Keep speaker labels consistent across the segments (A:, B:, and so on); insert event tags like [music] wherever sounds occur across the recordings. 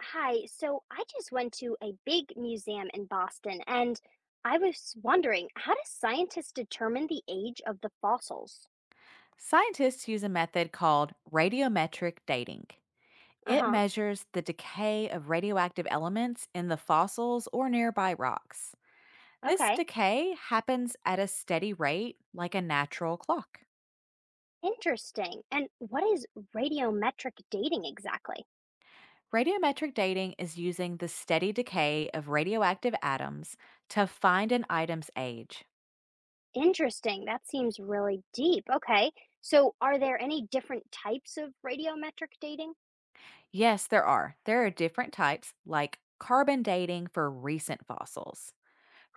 A: Hi, so I just went to a big museum in Boston and I was wondering, how do scientists determine the age of the fossils?
B: Scientists use a method called radiometric dating. It
A: Uh-huh.
B: measures the decay of radioactive elements in the fossils or nearby rocks. This
A: Okay.
B: decay happens at a steady rate, like a natural clock.
A: Interesting. And what is radiometric dating exactly?
B: Radiometric dating is using the steady decay of radioactive atoms to find an item's age.
A: Interesting. That seems really deep. Okay. So are there any different types of radiometric dating?
B: Yes, there are. There are different types, like carbon dating for recent fossils.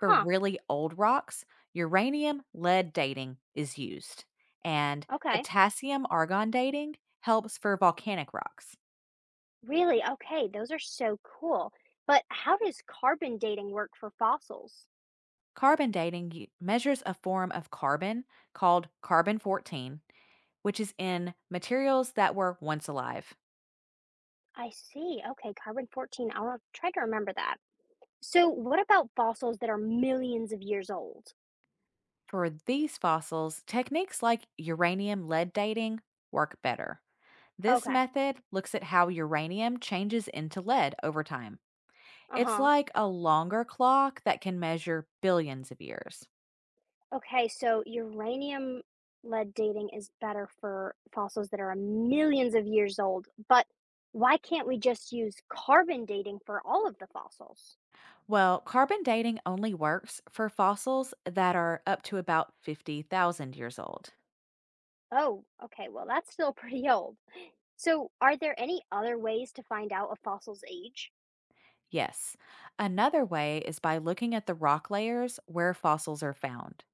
B: For really old rocks, uranium lead dating is used, and
A: Okay.
B: potassium argon dating helps for volcanic rocks.
A: Really? Okay. Those are so cool. But how does carbon dating work for fossils?
B: Carbon dating measures a form of carbon called carbon 14, which is in materials that were once alive.
A: I see. Okay, carbon 14. I'll try to remember that. So, what about fossils that are millions of years old?
B: For these fossils, techniques like uranium lead dating work better. This
A: Okay.
B: method looks at how uranium changes into lead over time. It's
A: Uh-huh.
B: like a longer clock that can measure billions of years.
A: Okay, so uranium lead dating is better for fossils that are millions of years old, but why can't we just use carbon dating for all of the fossils?
B: Well, carbon dating only works for fossils that are up to about 50,000 years old.
A: Oh, okay. Well, that's still [laughs] pretty old. So, are there any other ways to find out a fossil's age?
B: Yes. Another way is by looking at the rock layers where fossils are found.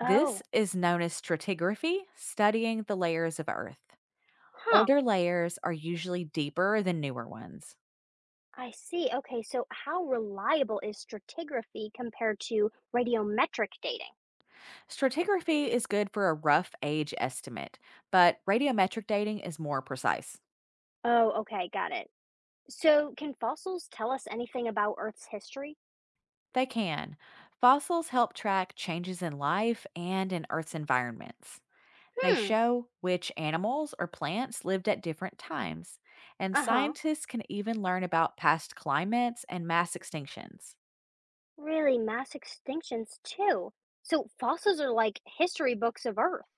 B: This is known as stratigraphy, studying the layers of Earth.
A: huh.
B: Older layers are usually deeper than newer ones.
A: I see. Okay, so how reliable is stratigraphy compared to radiometric dating?
B: Stratigraphy is good for a rough age estimate, but radiometric dating is more precise.
A: Oh, okay, got it. So, can fossils tell us anything about Earth's history?
B: They can. Fossils help track changes in life and in Earth's environments. They
A: Hmm,
B: show which animals or plants lived at different times, and
A: uh-huh.
B: scientists can even learn about past climates and mass extinctions.
A: Really, mass extinctions too. So, fossils are like history books of Earth.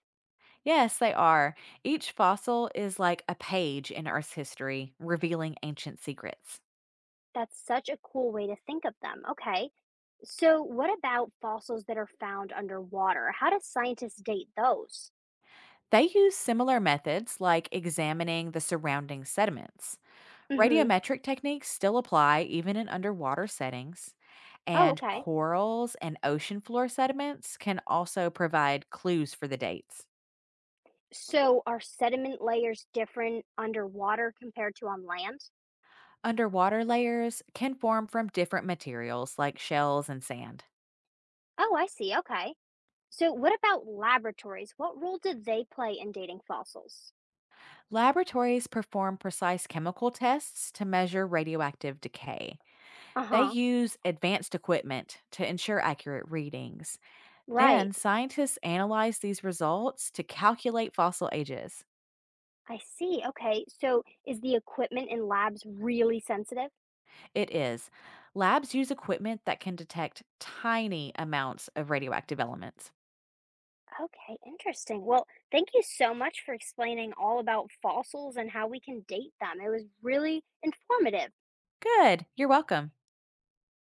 B: Yes, they are. Each fossil is like a page in Earth's history, revealing ancient secrets.
A: That's such a cool way to think of them. Okay. So, what about fossils that are found underwater? How do scientists date those?
B: They use similar methods like examining the surrounding sediments.
A: Mm-hmm.
B: Radiometric techniques still apply even in underwater settings,
A: Oh,
B: and
A: okay.
B: corals and ocean floor sediments can also provide clues for the dates.
A: So are sediment layers different underwater compared to on land?
B: Underwater layers can form from different materials like shells and sand.
A: Oh, I see. Okay. So what about laboratories? What role do they play in dating fossils?
B: Laboratories perform precise chemical tests to measure radioactive decay. They
A: Uh-huh.
B: use advanced equipment to ensure accurate readings.
A: Right.
B: Then scientists analyze these results to calculate fossil ages.
A: I see. Okay. So is the equipment in labs really sensitive?
B: It is. Labs use equipment that can detect tiny amounts of radioactive elements.
A: Okay, interesting. Well, thank you so much for explaining all about fossils and how we can date them. It was really informative.
B: Good. You're welcome.